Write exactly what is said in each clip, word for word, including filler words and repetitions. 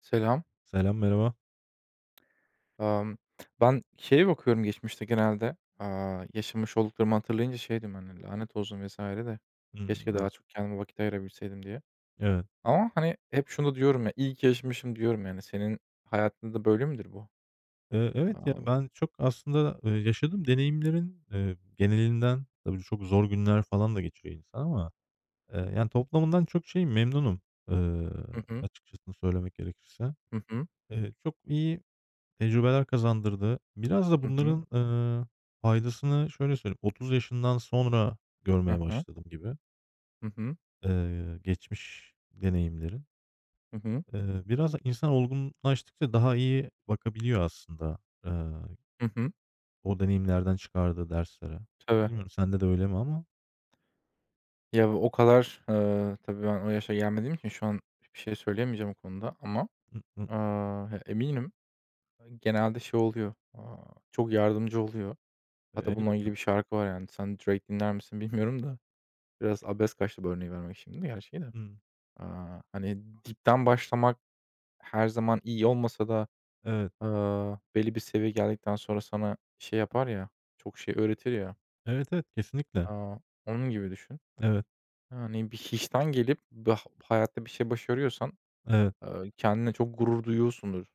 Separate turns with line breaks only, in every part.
Selam.
Selam, merhaba.
Emm, Ben şeye bakıyorum geçmişte genelde, aaa, yaşamış olduklarımı hatırlayınca şey diyorum, hani, "Lanet olsun vesaire de
Hımm,
keşke
evet.
daha çok kendime vakit ayırabilseydim diye."
Evet.
Ama, hani, hep şunu da diyorum ya, iyi ki yaşamışım diyorum yani. Senin hayatında da böyle midir bu?
Eee, evet, ya,
Aaa
ben çok aslında, eee, yaşadığım deneyimlerin, eee, genelinden tabii çok zor günler falan da geçiriyor insan ama, eee, yani, toplamından çok şey memnunum, eee,
Hı hı.
açıkçasını söylemek gerekirse.
Hı hı.
Eee, çok iyi tecrübeler kazandırdı. Biraz da
Hı hı.
bunların, eee, faydasını şöyle söyleyeyim, otuz yaşından sonra
Hı
görmeye
hı.
başladım gibi,
Hı hı.
eee, geçmiş deneyimlerin.
Hı hı.
Eee, biraz insan olgunlaştıkça daha iyi bakabiliyor aslında, eee,
Hı
o deneyimlerden çıkardığı derslere.
Tabii.
Bilmiyorum sende de öyle mi ama?
Ya, o kadar, eee, tabii ben o yaşa gelmediğim için şu an bir şey söyleyemeyeceğim o konuda ama,
Hı hı.
aaa, ya, eminim genelde şey oluyor, aaa, çok yardımcı oluyor.
E
Hatta bununla
elbette.
ilgili bir şarkı var yani. Sen Drake dinler misin bilmiyorum da biraz abes kaçtı bu örneği vermek şimdi gerçi de.
Hımm.
Aaa, hani, dipten başlamak her zaman iyi olmasa da,
Evet.
aaa, belli bir seviye geldikten sonra sana şey yapar ya, çok şey öğretir ya.
Evet, evet, kesinlikle.
Aaa, Onun gibi düşün.
Evet,
Yani bir hiçten gelip bah hayatta bir şey başarıyorsan,
evet.
aaa, kendine çok gurur duyuyorsundur.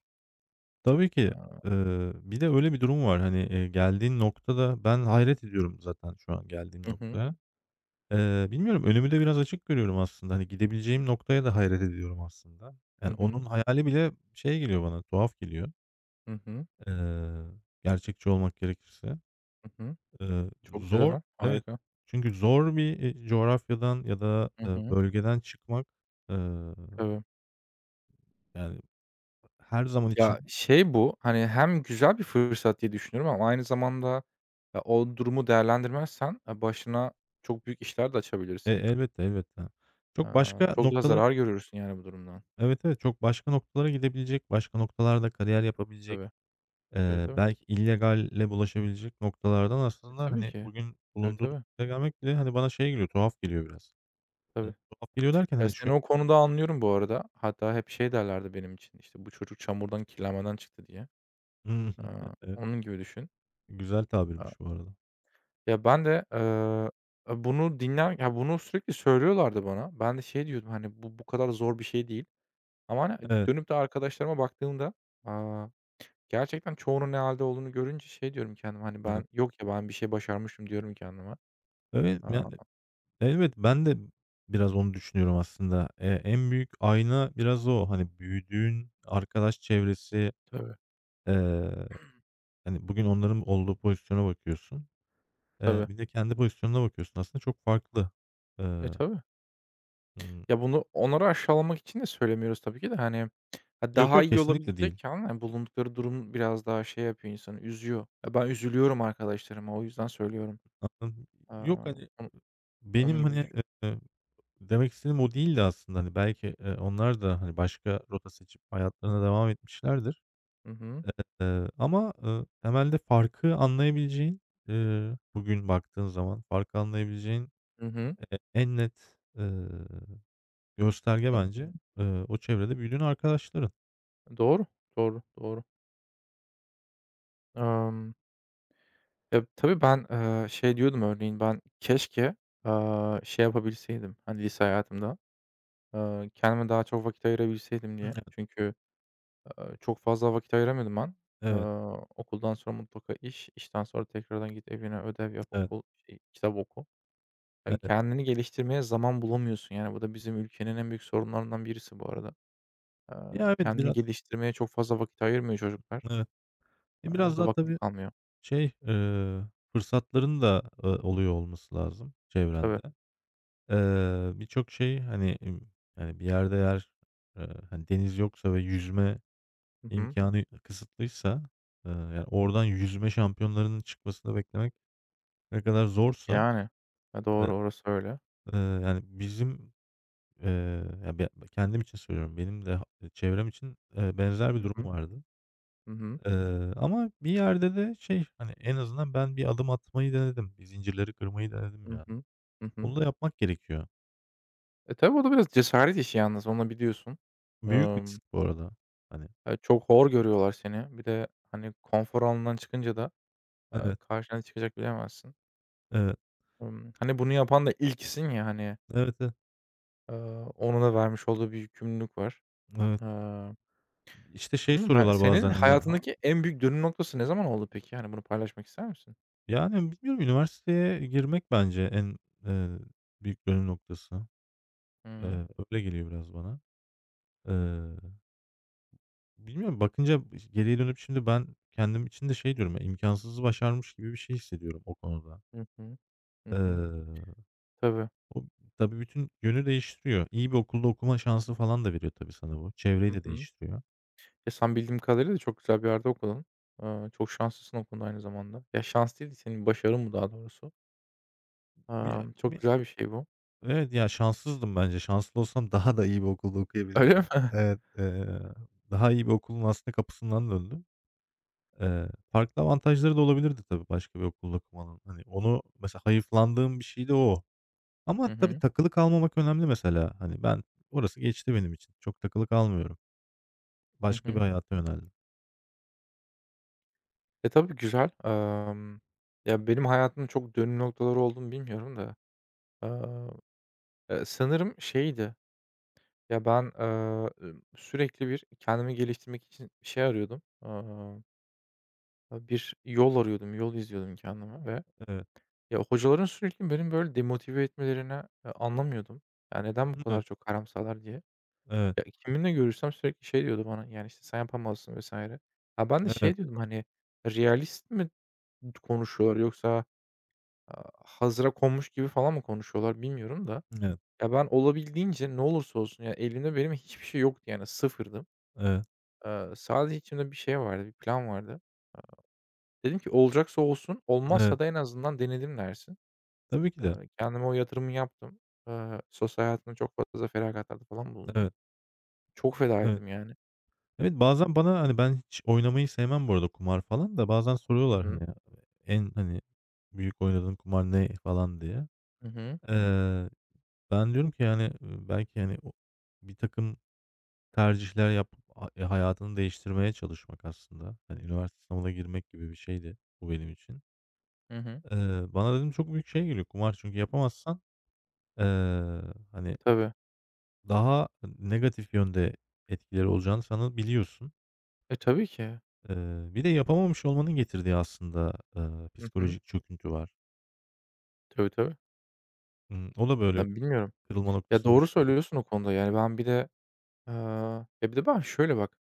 Tabii ki.
Aaa
Eee, bir de öyle bir durum var, hani, eee, geldiğin noktada ben hayret ediyorum zaten şu an geldiğim
Hı hı.
noktaya. Eee, bilmiyorum önümü de biraz açık görüyorum aslında. Hani, gidebileceğim noktaya da hayret ediyorum aslında.
Hı
Yani
hı.
onun hayali bile şey geliyor bana, tuhaf geliyor.
Hı hı.
Eee, Gerçekçi olmak gerekirse.
Hı hı.
Eee,
Çok
zor,
güzel.
evet.
Harika.
Çünkü zor bir, eee, coğrafyadan ya da,
Hı
eee,
hı.
bölgeden çıkmak, eee,
Tabii.
yani, her zaman için.
Ya, şey bu, hani, hem güzel bir fırsat diye düşünüyorum ama aynı zamanda, ya, o durumu değerlendirmezsen, eee, başına çok büyük işler de
E,
açabilirsin.
elbette, elbette. Çok
Eee,
başka
Çok daha
noktalara.
zarar görürsün yani bu durumdan.
Evet, evet, çok başka noktalara gidebilecek, başka noktalarda kariyer yapabilecek,
Tabii. Tabii,
eee,
tabii.
belki illegalle bulaşabilecek noktalardan
E,
aslında,
tabii
hani,
ki.
bugün
Tabii,
bulunduğun
tabii.
noktaya gelmek bile, hani, bana şey geliyor, tuhaf geliyor biraz. Eee,
Tabii.
tuhaf geliyor derken,
Ya,
hani, şu
seni o konuda anlıyorum bu arada. Hatta hep şey derlerdi benim için, işte, "Bu çocuk çamurdan, kirlenmeden çıktı." diye. Eee, Onun gibi düşün.
güzel
Aaa,
tabirmiş bu arada.
Ya, ben de, eee, e, bunu dinler ya, bunu sürekli söylüyorlardı bana. Ben de şey diyordum, hani, "Bu bu kadar zor bir şey değil." Ama, hani, hani,
Evet.
dönüp de arkadaşlarıma baktığımda, aaa, gerçekten çoğunun ne halde olduğunu görünce şey diyorum kendime, hani, ben
Nı
"Yok ya, ben bir şey başarmışım." diyorum kendime.
Evet,
Aaa
yani, evet, ben de biraz onu düşünüyorum aslında. Eee, en büyük ayna biraz o. Hani, büyüdüğün arkadaş çevresi,
Tabii,
eee, hani, bugün onların olduğu pozisyona bakıyorsun. Eee,
tabii.
bir de kendi pozisyonuna bakıyorsun. Aslında çok farklı.
E,
Eee,
tabii.
ımm,
Ya, bunu onları aşağılamak için de söylemiyoruz tabii ki de, hani, ha,
yok,
daha
yok,
iyi
kesinlikle değil.
olabilecekken, hani, bulundukları durum biraz daha şey yapıyor insanı, üzüyor. Ya, ben üzülüyorum arkadaşlarıma, o yüzden söylüyorum.
Anladım.
Aaa,
Yok, hani,
onu onun
benim,
gibi
hani,
düşün.
eee, demek istediğim o değildi aslında. Hani, belki, eee, onlar da, hani, başka rota seçip hayatlarına devam etmişlerdir.
Hı hı.
Eee, ama, ııı, temelde farkı anlayabileceğin, eee, bugün baktığın zaman farkı anlayabileceğin
Hı hı.
e en net, eee, gösterge bence, eee, o çevrede büyüdüğün arkadaşların.
Doğru, doğru, doğru. Emm Ya, tabii ben, eee, şey diyordum örneğin ben keşke, aaa, şey yapabilseydim, hani, lise hayatımda, eee, kendime daha çok vakit ayırabilseydim
Hı,
diye.
evet,
Çünkü, eee, çok fazla vakit ayıramıyordum ben. Eee,
evet,
Okuldan sonra mutlaka iş, işten sonra tekrardan git evine, ödev yap,
evet.
okul, şey, kitap oku. Ya,
Evet.
kendini geliştirmeye zaman bulamıyorsun, yani, bu da bizim ülkenin en büyük sorunlarından birisi bu arada. Eee,
Ya, evet,
Kendini
biraz,
geliştirmeye çok fazla vakit ayırmıyor çocuklar,
evet. E,
eee, ya
biraz
da
daha
vakit
tabii
kalmıyor.
şey, eee, fırsatların da, ııı, oluyor olması lazım çevrende.
Tabii.
Eee, birçok şey, hani, ımm, hani, bir yerde eğer, eee, hani, deniz yoksa ve yüzme
Hı hı.
İmkânı kısıtlıysa, eee, yani, oradan yüzme şampiyonlarının çıkmasını beklemek ne kadar zorsa,
Yani. E,
eee,
doğru, orası öyle.
eee, yani, bizim, eee, ya, be kendim için söylüyorum, benim de ha çevrem için, eee, benzer bir
Hı
durum
hı.
vardı.
Hı hı.
Eee, Ama bir yerde de şey, hani, en azından ben bir adım atmayı denedim. Bir zincirleri kırmayı denedim,
Hı
yani.
hı. Hı hı.
Onu da yapmak gerekiyor.
E, tabii o da biraz cesaret işi yalnız, onu biliyorsun.
Büyük
Emm,
risk bu arada. Hani.
eee, Çok hor görüyorlar seni. Bir de, hani, konfor alanından çıkınca da, eee,
Evet,
karşına ne çıkacak bilemezsin.
evet,
Imm, hani, bunu yapan da ilkisin ya, hani,
evet, evet.
eee, onun da vermiş olduğu bir yükümlülük var.
Evet.
Eee,
İşte, şey
Bilmiyorum, yani,
soruyorlar
senin
bazen, hani.
hayatındaki en büyük dönüm noktası ne zaman oldu peki? Hani, bunu paylaşmak ister misin?
Yani, bilmiyorum, üniversiteye girmek bence en, eee, büyük dönüm noktası.
Hı hı.
Eee, Öyle geliyor biraz bana. Eee, Bilmiyorum, bakınca geriye dönüp şimdi ben kendim için de şey diyorum, ya, imkânsızı başarmış gibi bir şey hissediyorum o konuda.
Hı hı. Hı hı.
Eee,
Tabii.
O tabii bütün yönü değiştiriyor. İyi bir okulda okuma şansı falan da veriyor tabii sana bu. Çevreyi
Hı
de
hı.
değiştiriyor.
Ya sen bildiğim kadarıyla da çok güzel bir yerde okudun. Eee, çok şanslısın o konuda aynı zamanda. Ya, şans değil de senin başarın bu daha doğrusu.
Ya,
Emm, çok
bi
güzel bir şey bu.
evet, ya, şanssızdım bence. Şanslı olsam daha da iyi bir okulda
Öyle mi?
okuyabilirdim. Evet, eee, daha iyi bir okulun aslında kapısından döndüm. Eee, farklı avantajları da olabilirdi tabii başka bir okulda okumanın. Hani, onu mesela hayıflandığım bir şey de o. Ama
Hı
tabii
hı.
takılı kalmamak önemli mesela. Hani, ben orası geçti benim için. Çok takılı kalmıyorum.
Hı
Başka bir
hı.
hayata yöneldim.
E, tabii güzel. Emm, ya, benim hayatımda çok dönüm noktaları olduğunu bilmiyorum da, eee, eee, sanırım şeydi, ya, ben, eee, sürekli bir kendimi geliştirmek için bir şey arıyordum. Eee, bir yol arıyordum, yol izliyordum kendime ve.
Evet.
Ya, hocaların sürekli beni böyle demotive etmelerini, eee, anlamıyordum. Ya, neden bu kadar
Hı,
çok karamsarlar diye.
evet,
Ya, kiminle görüşsem sürekli şey diyordu bana, yani, işte, "Sen yapamazsın." vesaire. Ha, ben de
evet,
şey diyordum, hani, realist mi konuşuyorlar yoksa, aaa, hazıra konmuş gibi falan mı konuşuyorlar bilmiyorum da.
evet,
Ya, ben olabildiğince ne olursa olsun, ya, elimde benim hiçbir şey yoktu, yani, sıfırdım.
evet,
Eee, sadece içimde bir şey vardı, bir plan vardı. Dedim ki olacaksa olsun,
evet.
olmazsa da en azından denedim dersin.
Tabii ki
Eee,
de.
kendime o yatırımı yaptım. Eee, sosyal hayatımda çok fazla feragatlarda falan bulundum.
Evet,
Çok feda
evet.
ettim yani.
Evet, bazen bana, hani, ben hiç oynamayı sevmem bu arada kumar falan da bazen
Hı
soruyorlar,
hı.
hani, ya, en, hani, büyük oynadığın kumar ne falan diye.
Hı hı.
Eee, Ben diyorum ki, yani, eee, belki, yani o bir takım tercihler yapıp a eee, hayatını değiştirmeye çalışmak aslında. Hani, üniversite sınavına girmek gibi bir şeydi bu benim için.
Hı hı.
Eee, bana dedim çok büyük şey geliyor kumar çünkü yapamazsan, eee, hani,
Tabii.
daha negatif yönde etkileri olacağını sana biliyorsun.
E, tabii ki.
Eee, Bir de yapamamış olmanın getirdiği aslında, eee,
Hı hı.
psikolojik çöküntü var.
Tabii, tabii.
Imm, o da böyle
Ben bilmiyorum.
kırılma
Ya,
noktası
doğru
oluşturabilir.
söylüyorsun o konuda. Yani, ben bir de, eee, ya, bir de ben şöyle bak,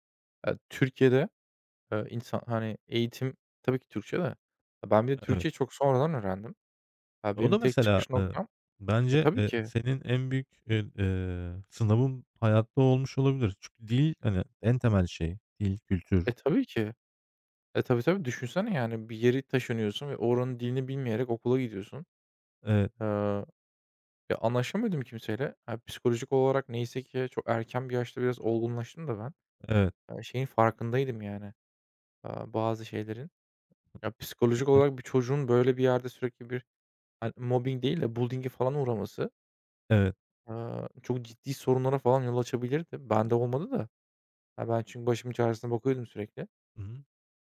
eee, Türkiye'de, eee, insan, hani, eğitim tabii ki Türkçe de, e, ben bir de Türkçeyi çok sonradan öğrendim. Ya,
O
benim
da
tek
mesela,
çıkış
eee,
noktam. E,
bence,
tabii
eee,
ki.
senin en büyük, eee, eee, sınavın hayatta olmuş olabilir. Çünkü dil, hani, en temel şey. Dil, kültür.
E, tabii ki. E, tabii, tabii. Düşünsene, yani, bir yeri taşınıyorsun ve oranın dilini bilmeyerek okula gidiyorsun.
Evet,
Eee, Ya, anlaşamıyordum kimseyle. Ha, psikolojik olarak neyse ki çok erken bir yaşta biraz olgunlaştım da ben.
evet,
Ya, şeyin farkındaydım yani, aaa, bazı şeylerin. Ya, psikolojik
e
olarak bir çocuğun böyle bir yerde sürekli bir, hani, mobbing değil de bullying'e falan uğraması,
evet.
aaa, çok ciddi sorunlara falan yol açabilirdi. Bende olmadı da. Ya, ben çünkü başımın çaresine bakıyordum sürekli.
Hı hı.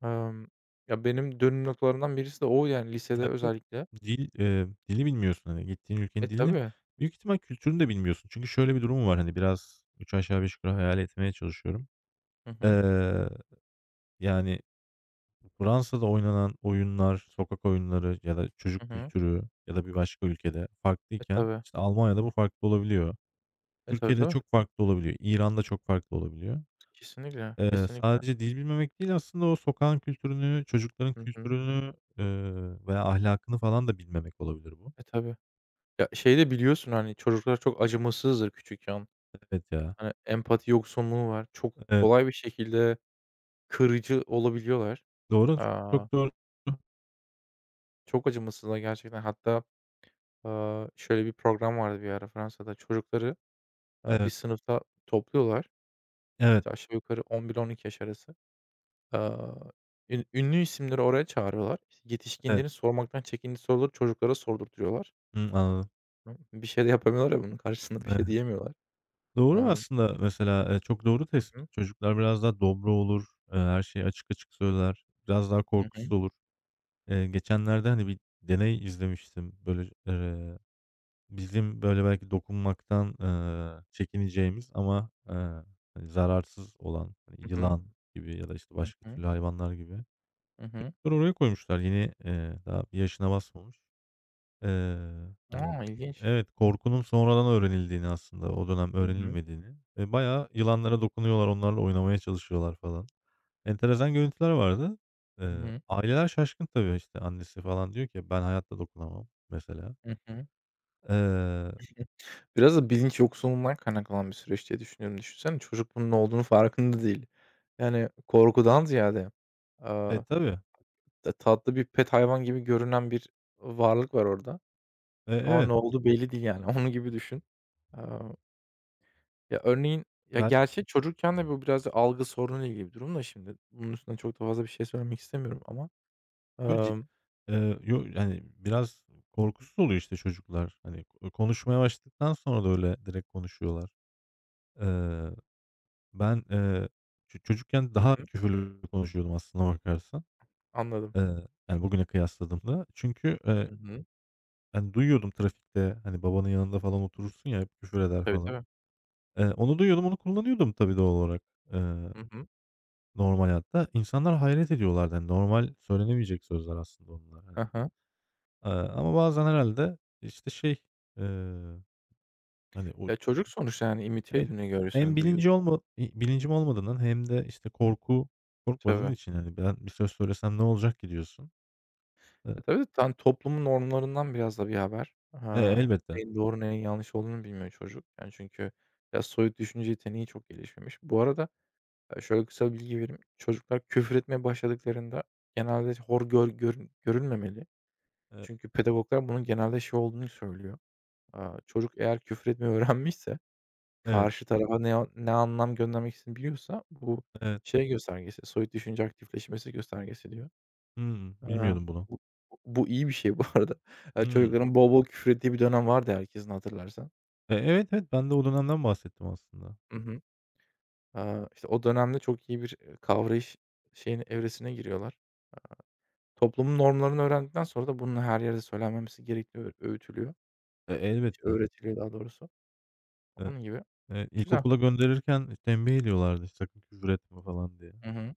Emm, Ya, benim dönüm noktalarından birisi de o yani lisede
Evet, evet.
özellikle.
Dil, eee, dili bilmiyorsun, hani, gittiğin
E,
ülkenin dilini.
tabii.
Büyük ihtimal kültürünü de bilmiyorsun. Çünkü şöyle bir durum var, hani, biraz üç aşağı beş yukarı hayal etmeye çalışıyorum.
Hı hı.
Eee, Yani, Fransa'da oynanan oyunlar, sokak oyunları ya da
Hı
çocuk
hı.
kültürü ya da bir başka ülkede
E,
farklıyken,
tabii.
işte, Almanya'da bu farklı olabiliyor.
E, tabii,
Türkiye'de
tabii.
çok farklı olabiliyor. İran'da çok farklı olabiliyor.
Kesinlikle,
Eee,
kesinlikle.
sadece dil bilmemek değil aslında o sokağın kültürünü, çocukların
Hı hı.
kültürünü, eee, veya ahlakını falan da bilmemek olabilir bu.
E, tabii. Ya, şey de biliyorsun, hani, çocuklar çok acımasızdır küçükken.
Evet ya.
Hani, empati yoksunluğu var. Çok
Evet.
kolay bir şekilde kırıcı olabiliyorlar.
Doğru.
Aaa,
Çok doğru.
Çok acımasızlar gerçekten. Hatta, aaa, şöyle bir program vardı bir ara Fransa'da. Çocukları, aaa, bir
Evet.
sınıfta topluyorlar.
Evet.
İşte, aşağı yukarı on bir on iki yaş arası. Aaa, ün ünlü isimleri oraya çağırıyorlar. İşte,
Evet.
yetişkinlerin sormaktan çekindiği soruları çocuklara sordurtuyorlar.
Hımm, anladım.
Bir şey de yapamıyorlar ya bunun karşısında. Bir
Evet.
şey diyemiyorlar.
Doğru
Amm
aslında mesela, eee, çok doğru
Hı hı.
tespit. Çocuklar biraz daha dobra olur, eee, her şeyi açık açık söyler, biraz daha
Hı
korkusuz
hı.
olur. Eee, geçenlerde, hani, bir deney izlemiştim. Böyle, eee bizim, böyle, belki dokunmaktan, eee, çekineceğimiz ama, eee, hani, zararsız olan, hani,
Hı hı.
yılan gibi ya da, işte,
Hı
başka
hı.
türlü hayvanlar gibi.
Hı hı.
Çocukları oraya koymuşlar. Yeni, eee, daha bir yaşına basmamış. Eee, Hani,
A! İlginç.
evet, korkunun sonradan öğrenildiğini aslında, o dönem
Hı hı.
öğrenilmediğini ve bayağı yılanlara dokunuyorlar, onlarla oynamaya çalışıyorlar falan. Enteresan görüntüler vardı.
Hı
Eee,
hı.
aileler şaşkın tabii, işte, annesi falan diyor ki, "Ben hayatta dokunamam." mesela.
Hı hı.
Eee,
Biraz da bilinç yoksunluğundan kaynaklanan bir süreç diye düşünüyorum. Düşünsene çocuk bunun ne olduğunu farkında değil. Yani korkudan ziyade,
e,
aaa,
tabii.
ta tatlı bir pet hayvan gibi görünen bir varlık var orada
E,
ama
evet.
ne olduğu belli değil yani. Onun gibi düşün. Aaa, Ya, örneğin, ya,
Ben
gerçi çocukken de bu biraz da algı sorunuyla ilgili bir durum da şimdi bunun üstüne çok da fazla bir şey söylemek istemiyorum ama,
yo, ci
amm
eee, yo, Yani, biraz korkusuz oluyor, işte, çocuklar. Hani, ko konuşmaya başladıktan sonra da öyle direkt konuşuyorlar. Eee, Ben, eee, ço çocukken
Hı
daha
hı.
küfürlü konuşuyordum aslına bakarsan.
Anladım.
Eee, yani, bugüne kıyasladığımda. Çünkü, eee,
Hı hı.
hani, duyuyordum trafikte, hani, babanın yanında falan oturursun ya, hep küfür eder
Tabii,
falan.
tabii.
Eee, onu duyuyordum, onu kullanıyordum tabii doğal olarak, eee,
Hı hı.
normal hayatta. İnsanlar hayret ediyorlardı. Hani, normal söylenemeyecek sözler aslında onlar, hani.
Hı hı.
Eee, ama bazen herhâlde, işte, şey, eee, hani, o
Ya, çocuk sonuçta, yani, imite
evet,
ediyor ne
hem
görüyorsan,
bilinci
duyuyorsan.
olma i bilincim olmadığından hem de, işte, korku korkmadığın
Tabii.
için, hani, ben bir söz söylesem ne olacak ki diyorsun. Eee,
E, tabii, tam toplumun normlarından biraz da bir haber.
e
Aaa,
elbette.
neyin doğru, neyin yanlış olduğunu bilmiyor çocuk. Yani, çünkü biraz soyut düşünce yeteneği çok gelişmemiş. Bu arada, eee, şöyle kısa bir bilgi vereyim. Çocuklar küfür etmeye başladıklarında genelde hor gör görün görülmemeli.
Eee,
Çünkü pedagoglar bunun genelde şey olduğunu söylüyor. Aaa, çocuk eğer küfür etmeyi öğrenmişse,
evet,
karşı tarafa ne ne anlam göndermek istediğini biliyorsa bu
evet.
şey göstergesi, soyut düşünce aktifleşmesi göstergesi diyor.
Hımm.
Ha,
Bilmiyordum bunu.
bu bu iyi bir şey bu arada. Eee,
Hımm.
çocukların bol bol küfür ettiği bir dönem vardı ya, herkesin hatırlarsan.
E, evet, evet. Ben de o dönemden bahsettim aslında.
Hı hı. Aaa, işte o dönemde çok iyi bir, eee, kavrayış şeyin evresine giriyorlar. Toplumun normlarını öğrendikten sonra da bunun her yerde söylenmemesi gerektiği öğ öğütülüyor.
E,
Şey,
elbette.
öğretiliyor daha doğrusu.
E,
Onun gibi.
e,
Güzel.
ilkokula gönderirken tembih ediyorlardı, işte sakın küfür etme falan diye.
Hı hı.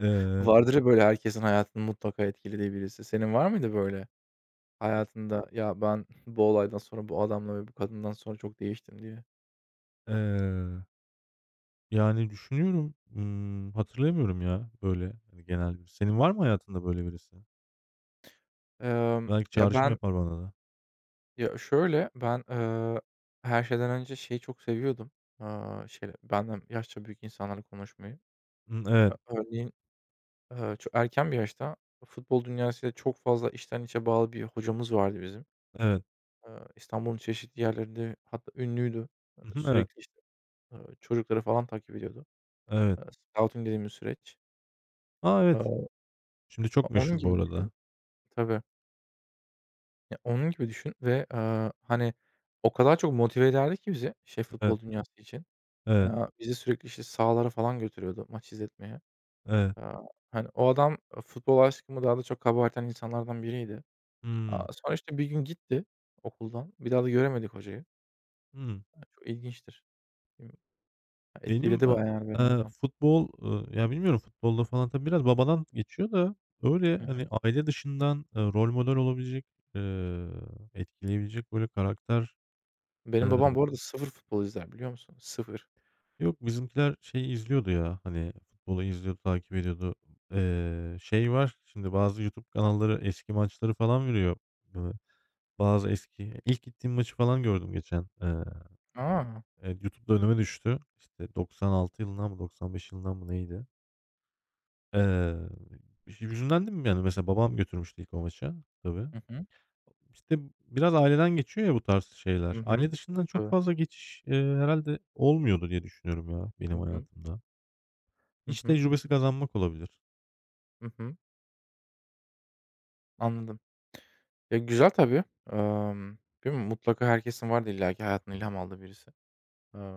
Eee,
Vardır ya böyle herkesin hayatını mutlaka etkilediği birisi. Senin var mıydı böyle
e
hayatında, "Ya, ben bu olaydan sonra bu adamla ve bu kadından sonra çok değiştim." diye?
eee Yani, düşünüyorum, ımm, hatırlayamıyorum ya, böyle, hani, genel bir. Senin var mı hayatında böyle birisi?
Emm,
Belki
ya
çağrışım
ben
yapar bana da.
Ya, şöyle, ben, eee, her şeyden önce şeyi çok seviyordum, aaa, şeyle benden yaşça büyük insanlarla konuşmayı.
Hımm,
Ö
evet,
örneğin, eee, çok erken bir yaşta futbol dünyasıyla çok fazla içten içe bağlı bir hocamız vardı bizim.
evet.
Eee, İstanbul'un çeşitli yerlerinde hatta ünlüydü. Eee,
Hı, evet,
sürekli, işte, eee, çocukları falan takip ediyordu.
evet.
Eee, scouting dediğimiz süreç.
A, evet.
Eee,
Şimdi çok
Onun
meşhur bu
gibi düşün.
arada.
Tabii. Ya, onun gibi düşün ve, eee, hani, o kadar çok motive ederdi ki bizi, şey,
Evet,
futbol dünyası için.
evet,
Aaa, bizi sürekli, işte, sahalara falan götürüyordu maç izletmeye.
evet.
Aaa, Hani, o adam, eee, futbol aşkımı daha da çok kabartan insanlardan biriydi.
Hımm,
Aaa, sonra, işte, bir gün gitti okuldan. Bir daha da göremedik hocayı.
hımm.
Aaa, çok ilginçtir. Bilmiyorum,
Benim,
etkiledi
eee,
bayağı yani beni o
eee,
adam.
futbol, ııı, ya, bilmiyorum futbolda falan tabii biraz babadan geçiyor da öyle,
Hı
hani,
hı.
aile dışından, eee, rol model olabilecek, eee, etkileyebilecek böyle karakter.
Benim babam bu arada sıfır futbol izler biliyor musun? Sıfır.
Yok, bizimkiler şeyi izliyordu ya, hani, futbolu izliyordu, takip ediyordu. Eee, şey var, şimdi bazı YouTube kanalları eski maçları falan veriyor. Iıı, bazı eski ilk gittiğim maçı falan gördüm geçen. Eee,
A!
evet, YouTube'da önüme düştü. İşte doksan altı yılından mı doksan beş yılından mı neydi? Eee, Hüzünlendim yani. Mesela babam götürmüştü ilk o maça tabii.
Hı hı.
İşte biraz aileden geçiyor ya bu tarz
Hı
şeyler.
hı.
Aile dışından çok
Tabii.
fazla geçiş, eee, herhâlde olmuyordu diye düşünüyorum ya benim
Hı hı.
hayatımda.
Hı
İş
hı.
tecrübesi kazanmak olabilir.
Hı hı. Anladım. Ya, güzel tabii. Emm, Bilmiyorum mutlaka herkesin vardır illaki hayatına ilham aldığı birisi. Eee